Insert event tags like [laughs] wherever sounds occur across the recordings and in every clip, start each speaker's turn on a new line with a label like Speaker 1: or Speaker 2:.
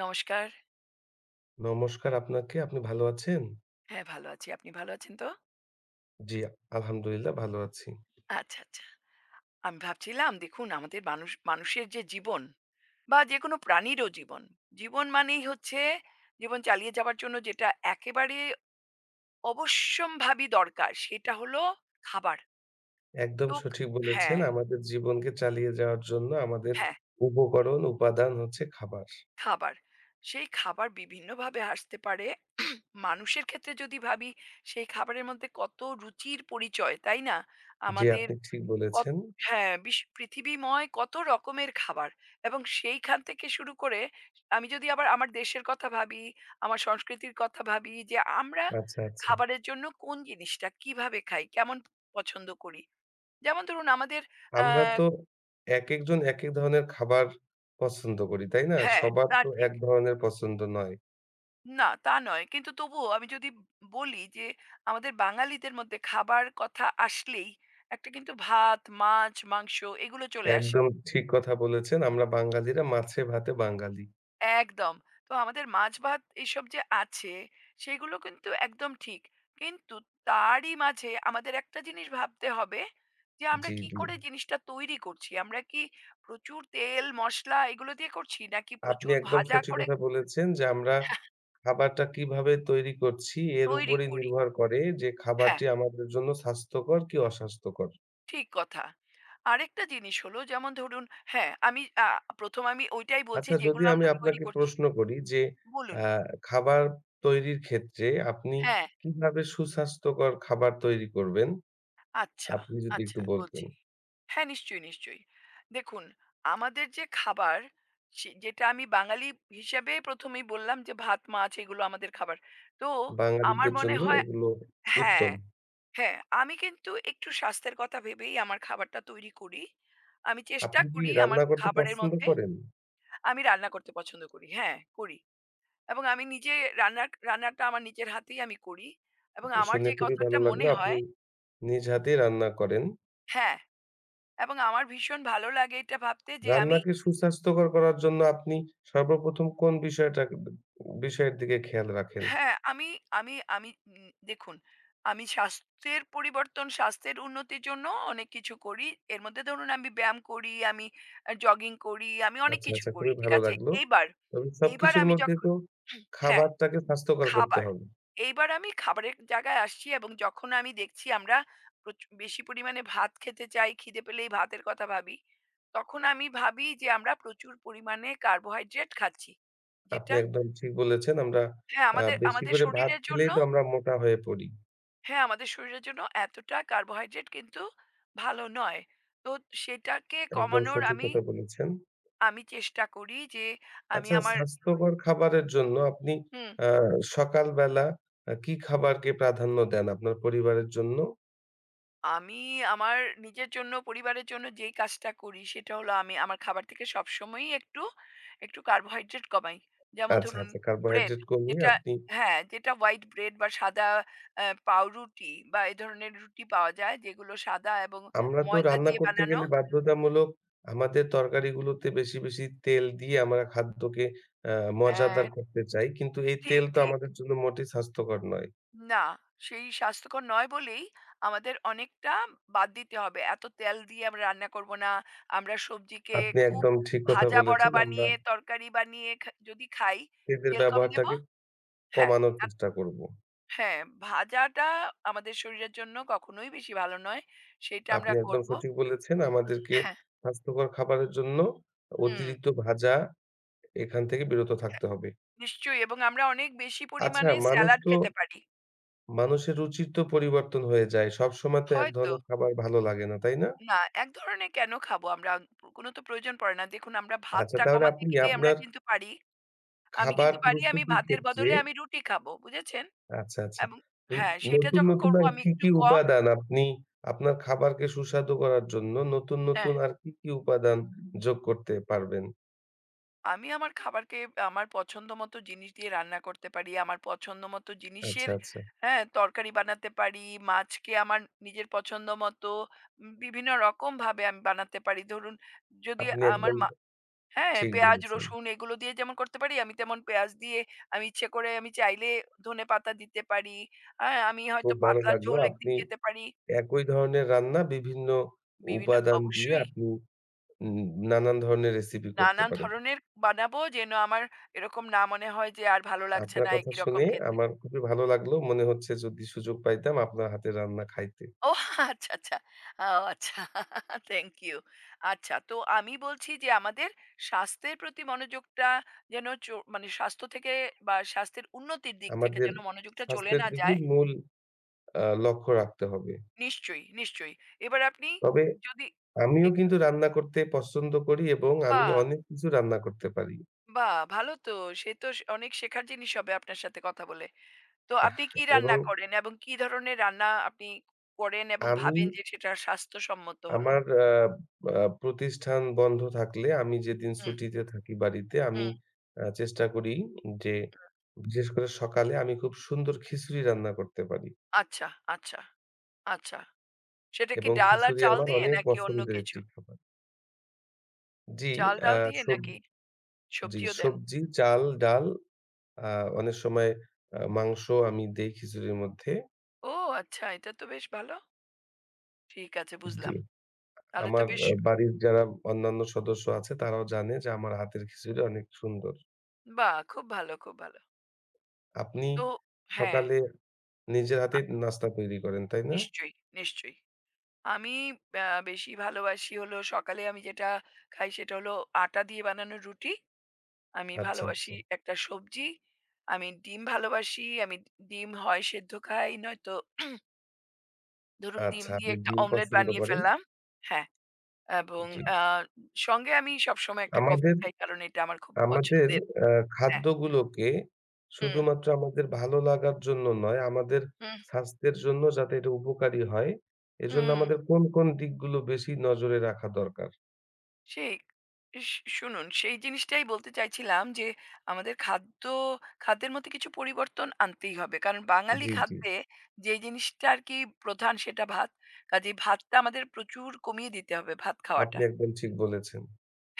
Speaker 1: নমস্কার।
Speaker 2: নমস্কার আপনাকে। আপনি ভালো আছেন?
Speaker 1: হ্যাঁ, ভালো আছি। আপনি ভালো আছেন তো?
Speaker 2: জি, আলহামদুলিল্লাহ ভালো আছি।
Speaker 1: আচ্ছা, আচ্ছা। আমি ভাবছিলাম দেখুন আমাদের মানুষের যে জীবন বা যেকোনো প্রাণীরও জীবন, জীবন মানেই হচ্ছে জীবন চালিয়ে যাবার জন্য যেটা একেবারে অবশ্যম্ভাবী দরকার সেটা হলো খাবার।
Speaker 2: একদম
Speaker 1: তো খ-
Speaker 2: সঠিক বলেছেন।
Speaker 1: হ্যাঁ,
Speaker 2: আমাদের জীবনকে চালিয়ে যাওয়ার জন্য আমাদের
Speaker 1: হ্যাঁ,
Speaker 2: উপকরণ, উপাদান হচ্ছে খাবার।
Speaker 1: খাবার। সেই খাবার বিভিন্নভাবে আসতে পারে। মানুষের ক্ষেত্রে যদি ভাবি সেই খাবারের মধ্যে কত রুচির পরিচয়, তাই না?
Speaker 2: জি,
Speaker 1: আমাদের
Speaker 2: আপনি ঠিক
Speaker 1: কত
Speaker 2: বলেছেন।
Speaker 1: হ্যাঁ, বিশ পৃথিবীময় কত রকমের খাবার এবং সেইখান থেকে শুরু করে আমি যদি আবার আমার দেশের কথা ভাবি, আমার সংস্কৃতির কথা ভাবি যে আমরা
Speaker 2: আচ্ছা, আচ্ছা।
Speaker 1: খাবারের জন্য কোন জিনিসটা কিভাবে খাই, কেমন পছন্দ করি। যেমন ধরুন আমাদের আ
Speaker 2: আমরা তো একেকজন একেক ধরনের খাবার পছন্দ করি, তাই না?
Speaker 1: হ্যাঁ,
Speaker 2: সবার
Speaker 1: তা
Speaker 2: তো এক
Speaker 1: ঠিক।
Speaker 2: ধরনের পছন্দ নয়।
Speaker 1: না, তা নয়। কিন্তু তবুও আমি যদি বলি যে আমাদের বাঙালিদের মধ্যে খাবার কথা আসলেই একটা কিন্তু ভাত, মাছ, মাংস এগুলো চলে আসে।
Speaker 2: একদম ঠিক কথা বলেছেন। আমরা বাঙালিরা মাছে ভাতে বাঙালি।
Speaker 1: একদম। তো আমাদের মাছ-ভাত এসব যে আছে, সেগুলো কিন্তু একদম ঠিক। কিন্তু তারই মাঝে আমাদের একটা জিনিস ভাবতে হবে যে, আমরা
Speaker 2: জি,
Speaker 1: কি
Speaker 2: জি।
Speaker 1: করে জিনিসটা তৈরি করছি? আমরা কি প্রচুর তেল, মসলা এগুলো দিয়ে করছি? নাকি
Speaker 2: আপনি
Speaker 1: প্রচুর
Speaker 2: একদম
Speaker 1: ভাজা
Speaker 2: সঠিক
Speaker 1: করে
Speaker 2: কথা বলেছেন যে আমরা খাবারটা কিভাবে তৈরি করছি এর
Speaker 1: তৈরি
Speaker 2: উপরই
Speaker 1: করি?
Speaker 2: নির্ভর করে যে
Speaker 1: হ্যাঁ,
Speaker 2: খাবারটি আমাদের জন্য স্বাস্থ্যকর কি অস্বাস্থ্যকর।
Speaker 1: ঠিক কথা। আরেকটা জিনিস হলো যেমন ধরুন হ্যাঁ, আমি ১ম আমি ওইটাই বলছি
Speaker 2: আচ্ছা যদি
Speaker 1: যেগুলো
Speaker 2: আমি
Speaker 1: আমরা তৈরি
Speaker 2: আপনাকে
Speaker 1: করছি।
Speaker 2: প্রশ্ন করি যে
Speaker 1: বলুন।
Speaker 2: আহ খাবার তৈরির ক্ষেত্রে আপনি
Speaker 1: হ্যাঁ,
Speaker 2: কিভাবে সুস্বাস্থ্যকর খাবার তৈরি করবেন?
Speaker 1: আচ্ছা,
Speaker 2: আপনি যদি একটু
Speaker 1: আচ্ছা
Speaker 2: বলতেন।
Speaker 1: বলছি। হ্যাঁ, নিশ্চয়ই, নিশ্চয়ই। দেখুন, আমাদের যে খাবার সে যেটা আমি বাঙালি হিসাবে ১ম এই বললাম যে ভাত, মাছ এগুলো আমাদের খাবার। তো আমার
Speaker 2: বাঙালিদের
Speaker 1: মনে
Speaker 2: জন্য
Speaker 1: হয়
Speaker 2: এগুলো
Speaker 1: হ্যাঁ,
Speaker 2: উত্তম।
Speaker 1: হ্যাঁ, আমি কিন্তু একটু স্বাস্থ্যের কথা ভেবেই আমার খাবারটা তৈরি করি। আমি চেষ্টা
Speaker 2: আপনি কি
Speaker 1: করি আমার
Speaker 2: রান্না করতে
Speaker 1: খাবারের
Speaker 2: পছন্দ
Speaker 1: মধ্যে
Speaker 2: করেন?
Speaker 1: আমি রান্না করতে পছন্দ করি। হ্যাঁ, করি। এবং আমি নিজে রান্নাটা আমার নিজের হাতেই আমি করি। এবং আমার
Speaker 2: শুনে
Speaker 1: যে
Speaker 2: খুবই
Speaker 1: কথাটা
Speaker 2: ভালো লাগলো
Speaker 1: মনে
Speaker 2: আপনি
Speaker 1: হয়
Speaker 2: নিজ হাতেই রান্না করেন।
Speaker 1: হ্যাঁ, এবং আমার ভীষণ ভালো লাগে এটা ভাবতে যে আমি
Speaker 2: রান্নাকে সুস্বাস্থ্যকর করার জন্য আপনি সর্বপ্রথম কোন বিষয়টা বিষয়ের দিকে খেয়াল রাখেন?
Speaker 1: হ্যাঁ, আমি আমি আমি উম দেখুন, আমি স্বাস্থ্যের পরিবর্তন, স্বাস্থ্যের উন্নতির জন্য অনেক কিছু করি। এর মধ্যে ধরুন আমি ব্যায়াম করি, আমি জগিং করি, আমি অনেক
Speaker 2: আচ্ছা,
Speaker 1: কিছু
Speaker 2: আচ্ছা
Speaker 1: করি।
Speaker 2: খুবই
Speaker 1: ঠিক
Speaker 2: ভালো
Speaker 1: আছে?
Speaker 2: লাগলো।
Speaker 1: এইবার,
Speaker 2: তবে
Speaker 1: এইবার
Speaker 2: সবকিছুর
Speaker 1: আমি
Speaker 2: মধ্যে
Speaker 1: যখন
Speaker 2: তো
Speaker 1: হ্যাঁ,
Speaker 2: খাবারটাকে স্বাস্থ্যকর করতে
Speaker 1: খাবার।
Speaker 2: হবে।
Speaker 1: এইবার আমি খাবারের জায়গায় আসছি এবং যখন আমি দেখছি আমরা বেশি পরিমাণে ভাত খেতে চাই, খিদে পেলেই ভাতের কথা ভাবি। তখন আমি ভাবি যে আমরা প্রচুর পরিমাণে কার্বোহাইড্রেট খাচ্ছি।
Speaker 2: আপনি
Speaker 1: যেটা
Speaker 2: একদম ঠিক বলেছেন। আমরা
Speaker 1: হ্যাঁ, আমাদের
Speaker 2: বেশি
Speaker 1: আমাদের
Speaker 2: করে ভাত
Speaker 1: শরীরের জন্য
Speaker 2: খেলেই তো আমরা মোটা হয়ে পড়ি।
Speaker 1: হ্যাঁ, আমাদের শরীরের জন্য এতটা কার্বোহাইড্রেট কিন্তু ভালো নয়। তো সেটাকে
Speaker 2: একদম
Speaker 1: কমানোর
Speaker 2: সঠিক
Speaker 1: আমি
Speaker 2: কথা বলেছেন।
Speaker 1: আমি চেষ্টা করি যে আমি
Speaker 2: আচ্ছা
Speaker 1: আমার
Speaker 2: স্বাস্থ্যকর খাবারের জন্য আপনি
Speaker 1: হুম।
Speaker 2: আ সকালবেলা কি খাবারকে প্রাধান্য দেন আপনার পরিবারের জন্য?
Speaker 1: আমি আমার নিজের জন্য, পরিবারের জন্য যেই কাজটা করি সেটা হলো আমি আমার খাবার থেকে সবসময়ই একটু, একটু কার্বোহাইড্রেট কমাই। যেমন
Speaker 2: আচ্ছা,
Speaker 1: ধরুন
Speaker 2: আচ্ছা
Speaker 1: ব্রেড
Speaker 2: কার্বোহাইড্রেট কমিয়ে
Speaker 1: যেটা
Speaker 2: আপনি
Speaker 1: হ্যাঁ, যেটা হোয়াইট ব্রেড বা সাদা পাউরুটি বা এ ধরনের রুটি পাওয়া যায় যেগুলো সাদা এবং
Speaker 2: আমরা তো
Speaker 1: ময়দা
Speaker 2: রান্না
Speaker 1: দিয়ে
Speaker 2: করতে
Speaker 1: বানানো
Speaker 2: গেলে বাধ্যতামূলক আমাদের তরকারিগুলোতে বেশি, বেশি তেল দিয়ে আমরা খাদ্যকে আ
Speaker 1: হ্যাঁ,
Speaker 2: মজাদার করতে চাই। কিন্তু এই তেল
Speaker 1: ঠিক,
Speaker 2: তো
Speaker 1: ঠিক।
Speaker 2: আমাদের জন্য মোটেই স্বাস্থ্যকর নয়।
Speaker 1: না, সেই স্বাস্থ্যকর নয় বলেই আমাদের অনেকটা বাদ দিতে হবে। এত তেল দিয়ে আমরা রান্না করব না। আমরা সবজিকে
Speaker 2: আপনি
Speaker 1: খুব
Speaker 2: একদম ঠিক কথা
Speaker 1: ভাজা বড়া
Speaker 2: বলেছেন। আমরা
Speaker 1: বানিয়ে, তরকারি বানিয়ে যদি খাই,
Speaker 2: তেলের
Speaker 1: তেল কম দেব
Speaker 2: ব্যবহারটাকে
Speaker 1: হ্যাঁ,
Speaker 2: কমানোর
Speaker 1: আত
Speaker 2: চেষ্টা করব।
Speaker 1: হ্যাঁ, ভাজাটা আমাদের শরীরের জন্য কখনোই বেশি ভালো নয়। সেটা আমরা
Speaker 2: আপনি একদম
Speaker 1: করব
Speaker 2: সঠিক বলেছেন। আমাদেরকে
Speaker 1: হ্যাঁ,
Speaker 2: স্বাস্থ্যকর খাবারের জন্য
Speaker 1: হুম,
Speaker 2: অতিরিক্ত ভাজা এখান থেকে বিরত থাকতে হবে।
Speaker 1: নিশ্চয়ই এবং আমরা অনেক বেশি
Speaker 2: আচ্ছা
Speaker 1: পরিমাণে
Speaker 2: মানুষ
Speaker 1: স্যালাড
Speaker 2: তো
Speaker 1: খেতে পারি।
Speaker 2: মানুষের রুচির তো পরিবর্তন হয়ে যায়। সবসময় তো এক
Speaker 1: হয়তো
Speaker 2: ধরনের খাবার ভালো লাগে না, তাই না?
Speaker 1: না, এক ধরনের কেন খাবো আমরা? কোনো তো প্রয়োজন পড়ে না। দেখুন আমরা
Speaker 2: আচ্ছা
Speaker 1: ভাতটা
Speaker 2: তাহলে
Speaker 1: কমাতে
Speaker 2: আপনি
Speaker 1: গিয়ে আমরা
Speaker 2: আপনার
Speaker 1: কিন্তু পারি আমি
Speaker 2: খাবার
Speaker 1: কিন্তু পারি আমি
Speaker 2: প্রস্তুতির
Speaker 1: ভাতের
Speaker 2: ক্ষেত্রে
Speaker 1: বদলে আমি রুটি খাবো, বুঝেছেন?
Speaker 2: আচ্ছা, আচ্ছা।
Speaker 1: এবং
Speaker 2: ন
Speaker 1: হ্যাঁ, সেটা
Speaker 2: নতুন,
Speaker 1: যখন
Speaker 2: নতুন
Speaker 1: করব
Speaker 2: আর
Speaker 1: আমি
Speaker 2: কি,
Speaker 1: একটু
Speaker 2: কি
Speaker 1: কম
Speaker 2: উপাদান আপনি আপনার খাবারকে সুস্বাদু করার জন্য নতুন,
Speaker 1: হ্যাঁ,
Speaker 2: নতুন আর কি, কি উপাদান যোগ করতে পারবেন?
Speaker 1: আমি আমার খাবারকে আমার পছন্দমতো জিনিস দিয়ে রান্না করতে পারি। আমার পছন্দমতো
Speaker 2: আচ্ছা,
Speaker 1: জিনিসের
Speaker 2: আচ্ছা।
Speaker 1: হ্যাঁ, তরকারি বানাতে পারি। মাছকে আমার নিজের পছন্দমতো বিভিন্ন রকমভাবে আমি বানাতে পারি। ধরুন যদি
Speaker 2: আপনি
Speaker 1: আমার
Speaker 2: একদম
Speaker 1: মা হ্যাঁ,
Speaker 2: ঠিক
Speaker 1: পেঁয়াজ,
Speaker 2: বলেছেন।
Speaker 1: রসুন এগুলো দিয়ে যেমন করতে পারি, আমি তেমন পেঁয়াজ দিয়ে আমি ইচ্ছে করে আমি চাইলে ধনেপাতা দিতে পারি। হ্যাঁ, আমি হয়তো
Speaker 2: খুব ভালো
Speaker 1: পাতলা
Speaker 2: লাগলো।
Speaker 1: ঝোল একদিন
Speaker 2: আপনি
Speaker 1: খেতে পারি।
Speaker 2: একই ধরনের রান্না বিভিন্ন
Speaker 1: বিভিন্ন
Speaker 2: উপাদান দিয়ে
Speaker 1: অবশ্যই।
Speaker 2: আপনি উম নানান ধরনের রেসিপি করতে
Speaker 1: নানান
Speaker 2: পারেন।
Speaker 1: ধরনের বানাবো যেন আমার এরকম না মনে হয় যে আর ভালো লাগছে
Speaker 2: আপনার
Speaker 1: না
Speaker 2: কথা
Speaker 1: একই রকম
Speaker 2: শুনে
Speaker 1: খেতে।
Speaker 2: আমার খুবই ভালো লাগলো। মনে হচ্ছে যদি সুযোগ পাইতাম আপনার হাতের রান্না খাইতে।
Speaker 1: ও আচ্ছা, আচ্ছা। ও আচ্ছা থ্যাংক ইউ। আচ্ছা তো আমি বলছি যে আমাদের স্বাস্থ্যের প্রতি মনোযোগটা যেন মানে স্বাস্থ্য থেকে বা স্বাস্থ্যের উন্নতির দিক থেকে
Speaker 2: আমাদের
Speaker 1: যেন মনোযোগটা চলে
Speaker 2: স্বাস্থ্যের
Speaker 1: না যায়।
Speaker 2: দিকেই মূল লক্ষ্য রাখতে হবে।
Speaker 1: নিশ্চয়ই, নিশ্চয়ই। এবার আপনি
Speaker 2: তবে
Speaker 1: যদি
Speaker 2: আমিও
Speaker 1: একটু
Speaker 2: কিন্তু রান্না করতে পছন্দ করি এবং আমি
Speaker 1: বাহ!
Speaker 2: অনেক কিছু রান্না করতে পারি।
Speaker 1: বাহ! ভালো তো। সে তো অনেক শেখার জিনিস হবে আপনার সাথে কথা বলে। তো আপনি কি
Speaker 2: এবং
Speaker 1: রান্না করেন এবং কি ধরনের রান্না আপনি করেন এবং
Speaker 2: আমি
Speaker 1: ভাবেন যে সেটা স্বাস্থ্যসম্মত হলো?
Speaker 2: আমার আ আ প্রতিষ্ঠান বন্ধ থাকলে আমি যেদিন
Speaker 1: হুম,
Speaker 2: ছুটিতে থাকি বাড়িতে আমি
Speaker 1: হুম,
Speaker 2: চেষ্টা করি যে
Speaker 1: হুম।
Speaker 2: বিশেষ করে সকালে আমি খুব সুন্দর খিচুড়ি রান্না করতে পারি
Speaker 1: আচ্ছা, আচ্ছা, আচ্ছা। সেটা কি
Speaker 2: এবং
Speaker 1: ডাল আর
Speaker 2: খিচুড়ি
Speaker 1: চাল
Speaker 2: আমার
Speaker 1: দিয়ে
Speaker 2: অনেক
Speaker 1: নাকি অন্য
Speaker 2: পছন্দের
Speaker 1: কিছু?
Speaker 2: একটি খাবার। জি,
Speaker 1: চাল,
Speaker 2: আ
Speaker 1: ডাল দিয়ে
Speaker 2: সব
Speaker 1: নাকি
Speaker 2: জি,
Speaker 1: সবজিও দেন?
Speaker 2: সবজি, চাল, ডাল আ অনেক সময় মাংস আমি দেই খিচুড়ির মধ্যে।
Speaker 1: ও আচ্ছা, এটা তো বেশ ভালো। ঠিক আছে
Speaker 2: জি।
Speaker 1: বুঝলাম। তাহলে তো
Speaker 2: আমার
Speaker 1: বেশ
Speaker 2: বাড়ির যারা অন্যান্য সদস্য আছে তারাও জানে যে আমার হাতের খিচুড়ি অনেক সুন্দর।
Speaker 1: বাহ! খুব ভালো, খুব ভালো।
Speaker 2: আপনি
Speaker 1: তো হ্যাঁ,
Speaker 2: সকালে নিজের
Speaker 1: আ
Speaker 2: হাতেই নাস্তা তৈরি করেন, তাই না?
Speaker 1: নিশ্চয়ই, নিশ্চয়ই। আমি আ বেশি ভালোবাসি হলো সকালে আমি যেটা খাই সেটা হলো আটা দিয়ে বানানো রুটি। আমি
Speaker 2: আচ্ছা,
Speaker 1: ভালোবাসি
Speaker 2: আচ্ছা।
Speaker 1: একটা সবজি, আমি ডিম ভালোবাসি। আমি ডিম হয় সেদ্ধ খাই, নয়তো ধরুন ডিম
Speaker 2: আচ্ছা,
Speaker 1: দিয়ে
Speaker 2: আপনি
Speaker 1: একটা
Speaker 2: ডিম
Speaker 1: অমলেট
Speaker 2: পছন্দ
Speaker 1: বানিয়ে
Speaker 2: করেন।
Speaker 1: ফেললাম। হ্যাঁ, এবং
Speaker 2: জি।
Speaker 1: আ সঙ্গে আমি সবসময় একটা কফি
Speaker 2: আমাদের
Speaker 1: খাই কারণ এটা আমার খুব
Speaker 2: আমাদের
Speaker 1: পছন্দের।
Speaker 2: আ
Speaker 1: হ্যাঁ।
Speaker 2: খাদ্যগুলোকে
Speaker 1: হুম,
Speaker 2: শুধুমাত্র আমাদের ভালো লাগার জন্য নয়, আমাদের
Speaker 1: হুম,
Speaker 2: স্বাস্থ্যের জন্য যাতে এটা উপকারী হয়, এজন্য
Speaker 1: হুম।
Speaker 2: আমাদের কোন, কোন দিকগুলো বেশি নজরে রাখা দরকার?
Speaker 1: সেই শুনুন সেই জিনিসটাই বলতে চাইছিলাম যে আমাদের খাদ্যের মধ্যে কিছু পরিবর্তন আনতেই হবে কারণ বাঙালি
Speaker 2: জি, জি।
Speaker 1: খাদ্যে যে জিনিসটা আর কি প্রধান সেটা ভাত কাজে ভাতটা আমাদের প্রচুর কমিয়ে দিতে হবে ভাত
Speaker 2: আপনি
Speaker 1: খাওয়াটা
Speaker 2: একদম ঠিক বলেছেন।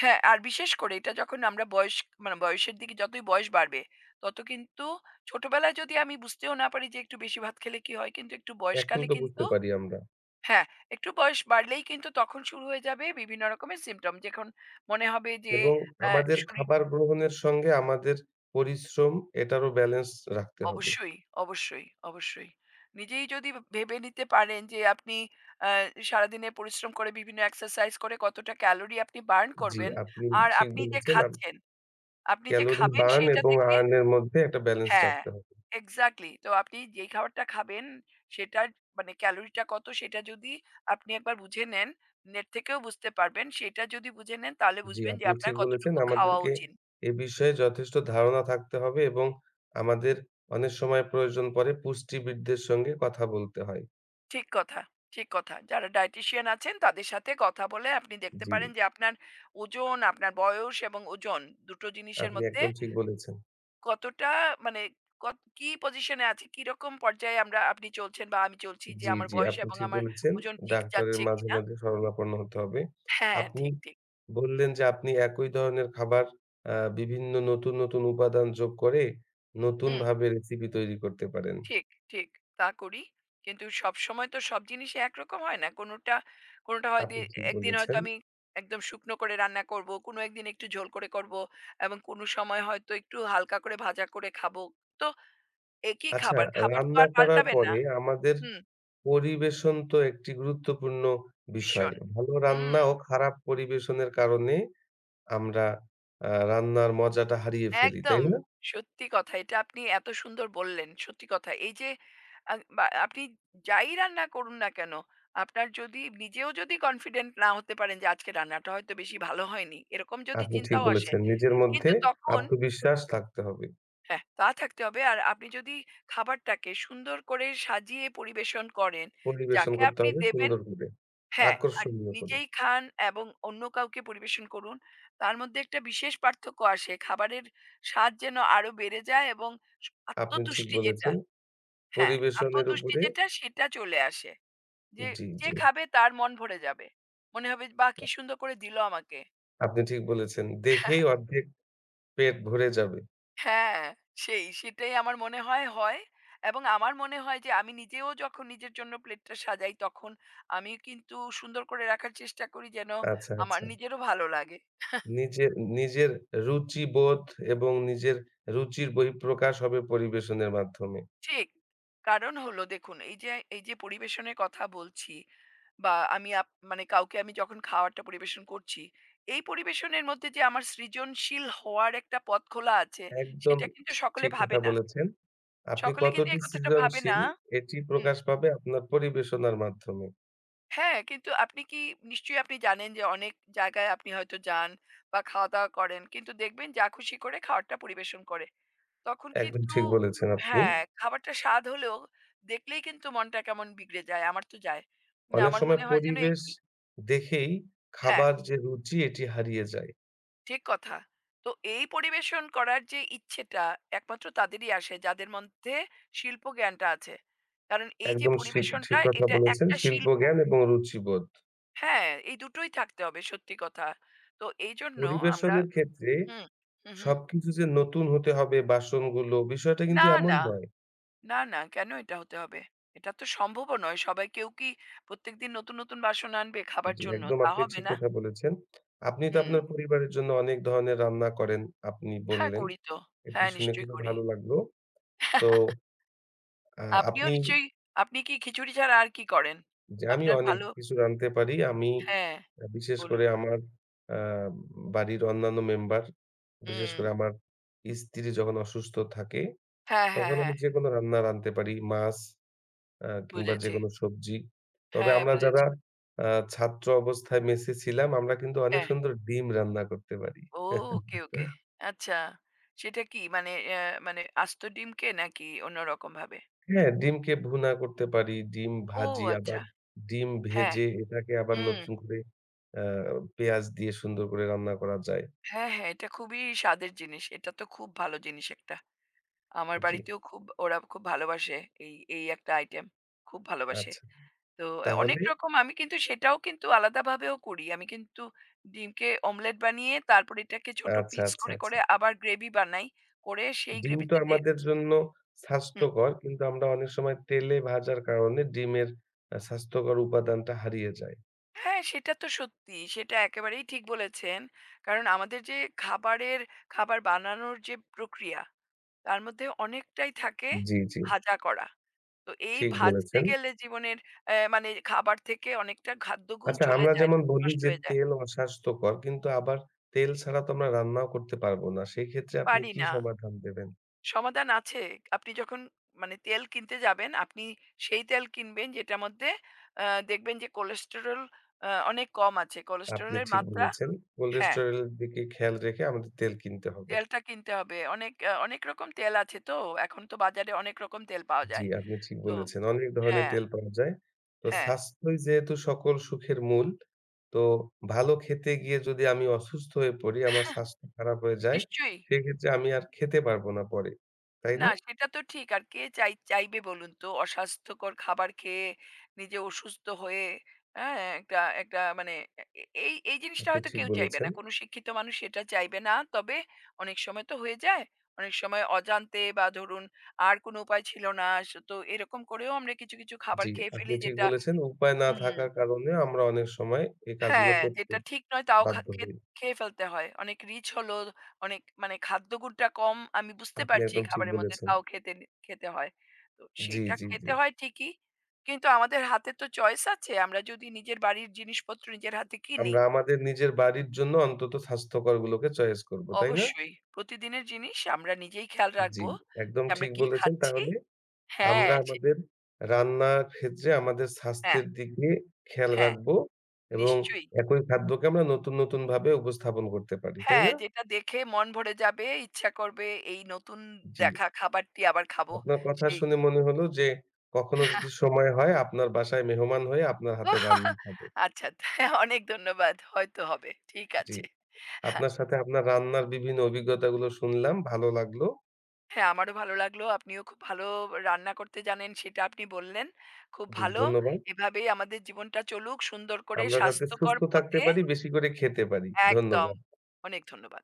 Speaker 1: হ্যাঁ আর বিশেষ করে এটা যখন আমরা বয়স মানে বয়সের দিকে যতই বয়স বাড়বে তত কিন্তু ছোটবেলায় যদি আমি বুঝতেও না পারি যে একটু বেশি ভাত খেলে কি হয় কিন্তু একটু
Speaker 2: এখন
Speaker 1: বয়সকালে
Speaker 2: তো বুঝতে
Speaker 1: কিন্তু
Speaker 2: পারি আমরা।
Speaker 1: হ্যাঁ, একটু বয়স বাড়লেই কিন্তু তখন শুরু হয়ে যাবে বিভিন্ন রকমের সিম্পটম। যখন মনে হবে যে
Speaker 2: এবং
Speaker 1: অ্যা
Speaker 2: আমাদের
Speaker 1: শরীর
Speaker 2: খাবার গ্রহণের সঙ্গে আমাদের পরিশ্রম এটারও ব্যালেন্স রাখতে হবে।
Speaker 1: অবশ্যই, অবশ্যই, অবশ্যই। নিজেই যদি ভেবে নিতে পারেন যে আপনি অ্যা সারাদিনে পরিশ্রম করে বিভিন্ন এক্সারসাইজ করে কতটা ক্যালোরি আপনি বার্ন
Speaker 2: জি,
Speaker 1: করবেন।
Speaker 2: আপনি
Speaker 1: আর
Speaker 2: ঠিক
Speaker 1: আপনি যে
Speaker 2: বলেছেন।
Speaker 1: খাচ্ছেন, আপনি যে
Speaker 2: ক্যালোরি
Speaker 1: খাবেন
Speaker 2: বার্ন
Speaker 1: সেটা
Speaker 2: এবং
Speaker 1: থেকে
Speaker 2: আর্ন এর মধ্যে একটা ব্যালেন্স
Speaker 1: হ্যাঁ,
Speaker 2: রাখতে হবে।
Speaker 1: এক্সাক্টলি। তো আপনি যেই খাবারটা খাবেন সেটার মানে ক্যালোরিটা কত সেটা যদি আপনি একবার বুঝে নেন, নেট থেকেও বুঝতে পারবেন। সেটা যদি বুঝে নেন তাহলে
Speaker 2: জি,
Speaker 1: বুঝবেন যে
Speaker 2: আপনি
Speaker 1: আপনার
Speaker 2: ঠিক বলেছেন।
Speaker 1: কতটুকু খাওয়া
Speaker 2: আমাদেরকে
Speaker 1: উচিত।
Speaker 2: এ বিষয়ে যথেষ্ট ধারণা থাকতে হবে এবং আমাদের অনেক সময় প্রয়োজন পড়ে পুষ্টিবিদদের সঙ্গে কথা বলতে হয়।
Speaker 1: ঠিক কথা, ঠিক কথা। যারা ডায়েটিশিয়ান আছেন তাদের সাথে কথা বলে আপনি দেখতে
Speaker 2: জি,
Speaker 1: পারেন যে আপনার ওজন, আপনার বয়স এবং ওজন ২ টো জিনিসের
Speaker 2: আপনি
Speaker 1: মধ্যে
Speaker 2: একদম ঠিক বলেছেন।
Speaker 1: কতটা মানে কত কি পজিশনে আছে, কিরকম পর্যায়ে আমরা আপনি চলছেন বা আমি চলছি যে
Speaker 2: জি,
Speaker 1: আমার
Speaker 2: জি,
Speaker 1: বয়স
Speaker 2: আপনি
Speaker 1: এবং
Speaker 2: ঠিক
Speaker 1: আমার
Speaker 2: বলেছেন।
Speaker 1: ওজন ঠিক
Speaker 2: ডাক্তারের
Speaker 1: যাচ্ছে
Speaker 2: মাঝে,
Speaker 1: কিনা।
Speaker 2: মাঝে শরণাপন্ন হতে হবে।
Speaker 1: হ্যাঁ,
Speaker 2: আপনি
Speaker 1: ঠিক, ঠিক।
Speaker 2: বললেন যে আপনি একই ধরনের খাবার বিভিন্ন নতুন, নতুন উপাদান যোগ করে
Speaker 1: হুম,
Speaker 2: নতুনভাবে রেসিপি তৈরি করতে পারেন।
Speaker 1: ঠিক, ঠিক। তা করি। কিন্তু সবসময় তো সব জিনিসই একরকম হয় না। কোনোটা, কোনোটা হয়
Speaker 2: আপনি
Speaker 1: দিয়ে
Speaker 2: ঠিক
Speaker 1: একদিন হয়তো
Speaker 2: বলেছেন।
Speaker 1: আমি একদম শুকনো করে রান্না করব, কোনো একদিন একটু ঝোল করে করব এবং কোনো সময় হয়তো একটু হালকা করে ভাজা করে খাবো। তো একই
Speaker 2: আচ্ছা,
Speaker 1: খাবার, খাবার তো
Speaker 2: রান্না
Speaker 1: আর
Speaker 2: করার
Speaker 1: পাল্টাবে না।
Speaker 2: পরে আমাদের
Speaker 1: হুম,
Speaker 2: পরিবেশন তো একটি গুরুত্বপূর্ণ বিষয়।
Speaker 1: ভীষণ।
Speaker 2: ভালো
Speaker 1: হুম।
Speaker 2: রান্না ও খারাপ পরিবেশনের কারণে আমরা রান্নার মজাটা হারিয়ে ফেলি, তাই
Speaker 1: একদম।
Speaker 2: না?
Speaker 1: সত্যি কথা। এটা আপনি এত সুন্দর বললেন। সত্যি কথা। এই যে বা আপনি যাই রান্না করুন না কেন, আপনার যদি নিজেও যদি কনফিডেন্ট না হতে পারেন যে আজকে রান্নাটা হয়তো বেশি ভালো হয়নি, এরকম যদি
Speaker 2: আপনি ঠিক
Speaker 1: চিন্তাও আসে,
Speaker 2: বলেছেন। নিজের মধ্যে
Speaker 1: কিন্তু তখন
Speaker 2: আত্মবিশ্বাস থাকতে হবে।
Speaker 1: হ্যাঁ, তা থাকতে হবে। আর আপনি যদি খাবারটাকে সুন্দর করে সাজিয়ে পরিবেশন করেন,
Speaker 2: পরিবেশন
Speaker 1: যাকে
Speaker 2: করতে
Speaker 1: আপনি
Speaker 2: হবে
Speaker 1: দেবেন
Speaker 2: সুন্দর করে।
Speaker 1: হ্যাঁ, আর
Speaker 2: আকর্ষণীয় করে।
Speaker 1: নিজেই খান এবং অন্য কাউকে পরিবেশন করুন। তার মধ্যে একটা বিশেষ পার্থক্য আসে। খাবারের স্বাদ যেন আরো বেড়ে যায় এবং
Speaker 2: আপনি ঠিক
Speaker 1: আত্মতুষ্টি যেটা
Speaker 2: বলেছেন।
Speaker 1: হ্যাঁ,
Speaker 2: পরিবেশনের
Speaker 1: আত্মতুষ্টি
Speaker 2: উপরে
Speaker 1: যেটা সেটা চলে আসে। যে,
Speaker 2: জি,
Speaker 1: যে
Speaker 2: জি।
Speaker 1: খাবে তার মন ভরে যাবে। মনে হবে বাহ! কি সুন্দর করে দিল আমাকে।
Speaker 2: আপনি ঠিক বলেছেন। দেখেই
Speaker 1: [laughs]
Speaker 2: অর্ধেক পেট ভরে যাবে।
Speaker 1: হ্যাঁ, সেই সেটাই আমার মনে হয়, হয় এবং আমার মনে হয় যে আমি নিজেও যখন নিজের জন্য প্লেটটা সাজাই তখন আমি কিন্তু সুন্দর করে রাখার চেষ্টা করি যেন
Speaker 2: আচ্ছা,
Speaker 1: আমার
Speaker 2: আচ্ছা।
Speaker 1: নিজেরও ভালো লাগে।
Speaker 2: নিজের নিজের রুচিবোধ এবং নিজের রুচির বহিঃপ্রকাশ হবে পরিবেশনের মাধ্যমে।
Speaker 1: ঠিক। কারণ হলো দেখুন এই যে, এই যে পরিবেশনের কথা বলছি বা আমি মানে কাউকে আমি যখন খাওয়ারটা পরিবেশন করছি, এই পরিবেশনের মধ্যে যে আমার সৃজনশীল হওয়ার একটা পথ খোলা আছে,
Speaker 2: একদম
Speaker 1: সেটা কিন্তু সকলে
Speaker 2: ঠিক কথা
Speaker 1: ভাবে না।
Speaker 2: বলেছেন। আপনি
Speaker 1: সকলে কিন্তু
Speaker 2: কতটি
Speaker 1: এই কথাটা ভাবে
Speaker 2: সৃজনশীল
Speaker 1: না
Speaker 2: এটি
Speaker 1: হুম।
Speaker 2: প্রকাশ পাবে আপনার পরিবেশনার মাধ্যমে।
Speaker 1: হ্যাঁ, কিন্তু আপনি কি নিশ্চয়ই আপনি জানেন যে অনেক জায়গায় আপনি হয়তো যান বা খাওয়া-দাওয়া করেন। কিন্তু দেখবেন যা খুশি করে খাওয়ারটা পরিবেশন করে। তখন
Speaker 2: একদম
Speaker 1: কিন্তু
Speaker 2: ঠিক বলেছেন আপনি।
Speaker 1: হ্যাঁ, খাবারটা স্বাদ হলেও দেখলেই কিন্তু মনটা কেমন বিগড়ে যায়। আমার তো যায়। না
Speaker 2: অনেক
Speaker 1: আমার
Speaker 2: সময়
Speaker 1: মনে হয় যেন এ
Speaker 2: পরিবেশ
Speaker 1: কি
Speaker 2: দেখেই
Speaker 1: হ্যাঁ,
Speaker 2: খাবার যে রুচি এটি হারিয়ে যায়।
Speaker 1: ঠিক কথা। তো এই পরিবেশন করার যে ইচ্ছেটা একমাত্র তাদেরই আসে যাদের মধ্যে শিল্প জ্ঞানটা আছে। কারণ এই যে
Speaker 2: একদম ঠিক
Speaker 1: পরিবেশনটা
Speaker 2: কথা
Speaker 1: এটা
Speaker 2: বলেছেন।
Speaker 1: একটা শিল্প।
Speaker 2: শিল্পজ্ঞান এবং রুচিবোধ।
Speaker 1: হ্যাঁ, এই দুটোই থাকতে হবে সত্যি কথা। তো এইজন্য আমরা
Speaker 2: পরিবেশনের ক্ষেত্রে
Speaker 1: হুম, হু।
Speaker 2: সবকিছু যে নতুন হতে হবে বাসনগুলো বিষয়টা
Speaker 1: না,
Speaker 2: কিন্তু এমন
Speaker 1: না।
Speaker 2: নয়।
Speaker 1: না, না, কেন এটা হতে হবে? এটা তো সম্ভবও নয়। সবাই কেউ কি প্রত্যেকদিন নতুন, নতুন বাসন আনবে খাবার
Speaker 2: জি,
Speaker 1: জন্য?
Speaker 2: একদম
Speaker 1: তা
Speaker 2: আপনি
Speaker 1: হবে
Speaker 2: ঠিক
Speaker 1: না?
Speaker 2: কথা বলেছেন। আপনি তো
Speaker 1: হুম।
Speaker 2: আপনার পরিবারের জন্য অনেক ধরনের রান্না করেন, আপনি
Speaker 1: হ্যাঁ,
Speaker 2: বললেন।
Speaker 1: করি তো।
Speaker 2: এটি
Speaker 1: হ্যাঁ,
Speaker 2: শুনে
Speaker 1: নিশ্চয়ই
Speaker 2: খুবই
Speaker 1: করি।
Speaker 2: ভালো লাগলো। তো
Speaker 1: [laughs]
Speaker 2: আ
Speaker 1: আপনিও
Speaker 2: আপনি
Speaker 1: নিশ্চয়ই আপনি কি খিচুড়ি ছাড়া আর কি করেন?
Speaker 2: যে আমি
Speaker 1: আপনার
Speaker 2: অনেক
Speaker 1: ভালো
Speaker 2: কিছু রাঁধতে পারি। আমি
Speaker 1: হ্যাঁ,
Speaker 2: বিশেষ করে
Speaker 1: বলুন।
Speaker 2: আমার আ বাড়ির অন্যান্য মেম্বার, বিশেষ
Speaker 1: হুম।
Speaker 2: করে আমার স্ত্রী যখন অসুস্থ থাকে,
Speaker 1: হ্যাঁ, হ্যাঁ,
Speaker 2: তখন আমি
Speaker 1: হ্যাঁ।
Speaker 2: যেকোনো রান্না রাঁধতে পারি। মাছ কিংবা
Speaker 1: বুঝেছি।
Speaker 2: যেকোনো সবজি। তবে
Speaker 1: হ্যাঁ,
Speaker 2: আমরা
Speaker 1: বুঝেছি।
Speaker 2: যারা আ ছাত্র অবস্থায় মেসে ছিলাম, আমরা কিন্তু অনেক
Speaker 1: হ্যাঁ।
Speaker 2: সুন্দর ডিম রান্না করতে পারি।
Speaker 1: ও ওকে, ওকে।
Speaker 2: [laughs]
Speaker 1: আচ্ছা। সেটা কি মানে মানে আস্ত ডিমকে নাকি অন্যরকমভাবে?
Speaker 2: হ্যাঁ, ডিমকে ভুনা করতে পারি, ডিম
Speaker 1: ও
Speaker 2: ভাজি, আবার
Speaker 1: আচ্ছা।
Speaker 2: ডিম
Speaker 1: হ্যাঁ।
Speaker 2: ভেজে এটাকে আবার
Speaker 1: হুম।
Speaker 2: নতুন করে আ পেঁয়াজ দিয়ে সুন্দর করে রান্না করা যায়।
Speaker 1: হ্যাঁ, হ্যাঁ, এটা খুবই স্বাদের জিনিস। এটা তো খুব ভালো জিনিস একটা। আমার
Speaker 2: জি,
Speaker 1: বাড়িতেও খুব ওরা খুব ভালোবাসে এই একটা আইটেম। খুব ভালোবাসে।
Speaker 2: আচ্ছা।
Speaker 1: তো অনেক
Speaker 2: তাহলে
Speaker 1: রকম আমি কিন্তু সেটাও কিন্তু আলাদাভাবেও করি। আমি কিন্তু ডিমকে অমলেট বানিয়ে তারপর এটাকে ছোট
Speaker 2: আচ্ছা,
Speaker 1: পিস
Speaker 2: আচ্ছা, আচ্ছা।
Speaker 1: করে আবার গ্রেভি বানাই। করে সেই
Speaker 2: ডিম তো
Speaker 1: গ্রেভিতে ডে
Speaker 2: আমাদের জন্য স্বাস্থ্যকর কিন্তু আমরা অনেক সময় তেলে ভাজার কারণে ডিমের স্বাস্থ্যকর উপাদানটা হারিয়ে যায়।
Speaker 1: হ্যাঁ, সেটা তো সত্যি। সেটা একেবারেই ঠিক বলেছেন। কারণ আমাদের যে খাবারের খাবার বানানোর যে প্রক্রিয়া, তার মধ্যে অনেকটাই থাকে
Speaker 2: জি, জি,
Speaker 1: ভাজা করা। তো এই
Speaker 2: ঠিক
Speaker 1: ভাজতে
Speaker 2: বলেছেন।
Speaker 1: গেলে জীবনের মানে খাবার থেকে অনেকটা খাদ্যগুণ
Speaker 2: আচ্ছা
Speaker 1: চলে
Speaker 2: আমরা
Speaker 1: যায়,
Speaker 2: যেমন বলি
Speaker 1: নষ্ট
Speaker 2: যে
Speaker 1: হয়ে যায়।
Speaker 2: তেল অস্বাস্থ্যকর কিন্তু আবার তেল ছাড়া তো আমরা রান্নাও করতে পারবো না। সেক্ষেত্রে আপনি
Speaker 1: পারি
Speaker 2: কি
Speaker 1: না।
Speaker 2: সমাধান দেবেন?
Speaker 1: সমাধান আছে। আপনি যখন মানে তেল কিনতে যাবেন, আপনি সেই তেল কিনবেন যেটার মধ্যে আ দেখবেন যে কোলেস্টেরল অনেক কম আছে। কোলেস্টেরল
Speaker 2: আপনি
Speaker 1: এর
Speaker 2: ঠিক
Speaker 1: মাত্রা
Speaker 2: বলেছেন।
Speaker 1: হ্যাঁ।
Speaker 2: কোলেস্টেরল এর দিকে খেয়াল রেখে আমাদের তেল কিনতে হবে।
Speaker 1: তেলটা কিনতে হবে। অনেক অনেক রকম তেল আছে তো। এখন তো বাজারে অনেক রকম তেল পাওয়া
Speaker 2: জি,
Speaker 1: যায়।
Speaker 2: আপনি ঠিক
Speaker 1: তো
Speaker 2: বলেছেন। অনেক ধরনের
Speaker 1: হ্যাঁ,
Speaker 2: তেল পাওয়া যায়। তো
Speaker 1: হ্যাঁ।
Speaker 2: স্বাস্থ্যই যেহেতু সকল সুখের মূল, তো ভালো খেতে গিয়ে যদি আমি অসুস্থ হয়ে পড়ি, আমার
Speaker 1: [laughs]
Speaker 2: স্বাস্থ্য খারাপ হয়ে যায়,
Speaker 1: নিশ্চয়ই।
Speaker 2: সেক্ষেত্রে আমি আর খেতে পারবো না পরে। তাই
Speaker 1: না
Speaker 2: না?
Speaker 1: সেটা তো ঠিক। আর কে চাইবে বলুন তো? অস্বাস্থ্যকর খাবার খেয়ে নিজে অসুস্থ হয়ে, হ্যাঁ? একটা একটা মানে এ এই এই জিনিসটা
Speaker 2: আপনি
Speaker 1: হয়তো
Speaker 2: ঠিক
Speaker 1: কেউ চাইবে
Speaker 2: বলেছেন।
Speaker 1: না। কোনো শিক্ষিত মানুষ এটা চাইবে না। তবে অনেক সময় তো হয়ে যায়। অনেক সময় অজান্তে বা ধরুন আর কোনো উপায় ছিল না। তো এরকম করেও আমরা কিছু, কিছু খাবার
Speaker 2: জি,
Speaker 1: খেয়ে
Speaker 2: আপনি
Speaker 1: ফেলি
Speaker 2: ঠিক
Speaker 1: যেটা
Speaker 2: বলেছেন। উপায় না
Speaker 1: হুম।
Speaker 2: থাকার কারণে আমরা অনেক সময় এই কাজগুলো
Speaker 1: হ্যাঁ,
Speaker 2: করতে
Speaker 1: যেটা ঠিক নয় তাও খা
Speaker 2: বাধ্য
Speaker 1: খেত
Speaker 2: হই।
Speaker 1: খেয়ে ফেলতে হয়। অনেক রিচ হলো, অনেক মানে খাদ্যগুণটা কম আমি বুঝতে
Speaker 2: আপনি
Speaker 1: পারছি
Speaker 2: একদম
Speaker 1: এই
Speaker 2: ঠিক
Speaker 1: খাবারের মধ্যে
Speaker 2: বলেছেন।
Speaker 1: তাও খেতে হয়। তো
Speaker 2: জি,
Speaker 1: সেইটা
Speaker 2: জি, জি।
Speaker 1: খেতে হয় ঠিকই। কিন্তু আমাদের হাতে তো চয়েস আছে। আমরা যদি নিজের বাড়ির জিনিসপত্র নিজের হাতে কিনি,
Speaker 2: আমরা আমাদের নিজের বাড়ির জন্য অন্তত স্বাস্থ্যকরগুলোকে চয়েস করব। তাই না?
Speaker 1: অবশ্যই প্রতিদিনের জিনিস আমরা নিজেই খেয়াল
Speaker 2: জি,
Speaker 1: রাখবো
Speaker 2: একদম
Speaker 1: যে আমরা
Speaker 2: ঠিক
Speaker 1: কি
Speaker 2: বলেছেন
Speaker 1: খাচ্ছি
Speaker 2: তাহলে।
Speaker 1: হ্যাঁ,
Speaker 2: আমরা
Speaker 1: সে
Speaker 2: আমাদের রান্নার ক্ষেত্রে আমাদের
Speaker 1: হ্যাঁ,
Speaker 2: স্বাস্থ্যের দিকে খেয়াল
Speaker 1: হ্যাঁ,
Speaker 2: রাখবো এবং
Speaker 1: নিশ্চয়ই।
Speaker 2: একই খাদ্যকে আমরা নতুন, নতুন ভাবে উপস্থাপন করতে পারি। তাই
Speaker 1: হ্যাঁ,
Speaker 2: না?
Speaker 1: যেটা দেখে মন ভরে যাবে, ইচ্ছা করবে এই নতুন
Speaker 2: জি।
Speaker 1: দেখা খাবারটি আবার খাবো
Speaker 2: আপনার কথা
Speaker 1: সেই
Speaker 2: শুনে মনে হলো যে কখনো যদি
Speaker 1: [laughs]
Speaker 2: সময় হয় আপনার বাসায় মেহমান হয়ে আপনার
Speaker 1: [laughs]
Speaker 2: হাতের
Speaker 1: বাহ!
Speaker 2: রান্না খাবো।
Speaker 1: আচ্ছা অনেক ধন্যবাদ। হয়তো হবে। ঠিক
Speaker 2: জি।
Speaker 1: আছে। হ্যাঁ,
Speaker 2: আপনার সাথে আপনার রান্নার বিভিন্ন অভিজ্ঞতাগুলো শুনলাম, ভালো লাগলো।
Speaker 1: হ্যাঁ, আমারও ভালো লাগলো। আপনিও খুব ভালো রান্না করতে জানেন সেটা আপনি বললেন। খুব
Speaker 2: জি,
Speaker 1: ভালো।
Speaker 2: ধন্যবাদ।
Speaker 1: এভাবেই আমাদের জীবনটা চলুক সুন্দর করে
Speaker 2: আমরা যাতে
Speaker 1: স্বাস্থ্যকর
Speaker 2: সুস্থ থাকতে
Speaker 1: পথে।
Speaker 2: পারি, বেশি করে খেতে পারি।
Speaker 1: একদম।
Speaker 2: ধন্যবাদ।
Speaker 1: অনেক ধন্যবাদ।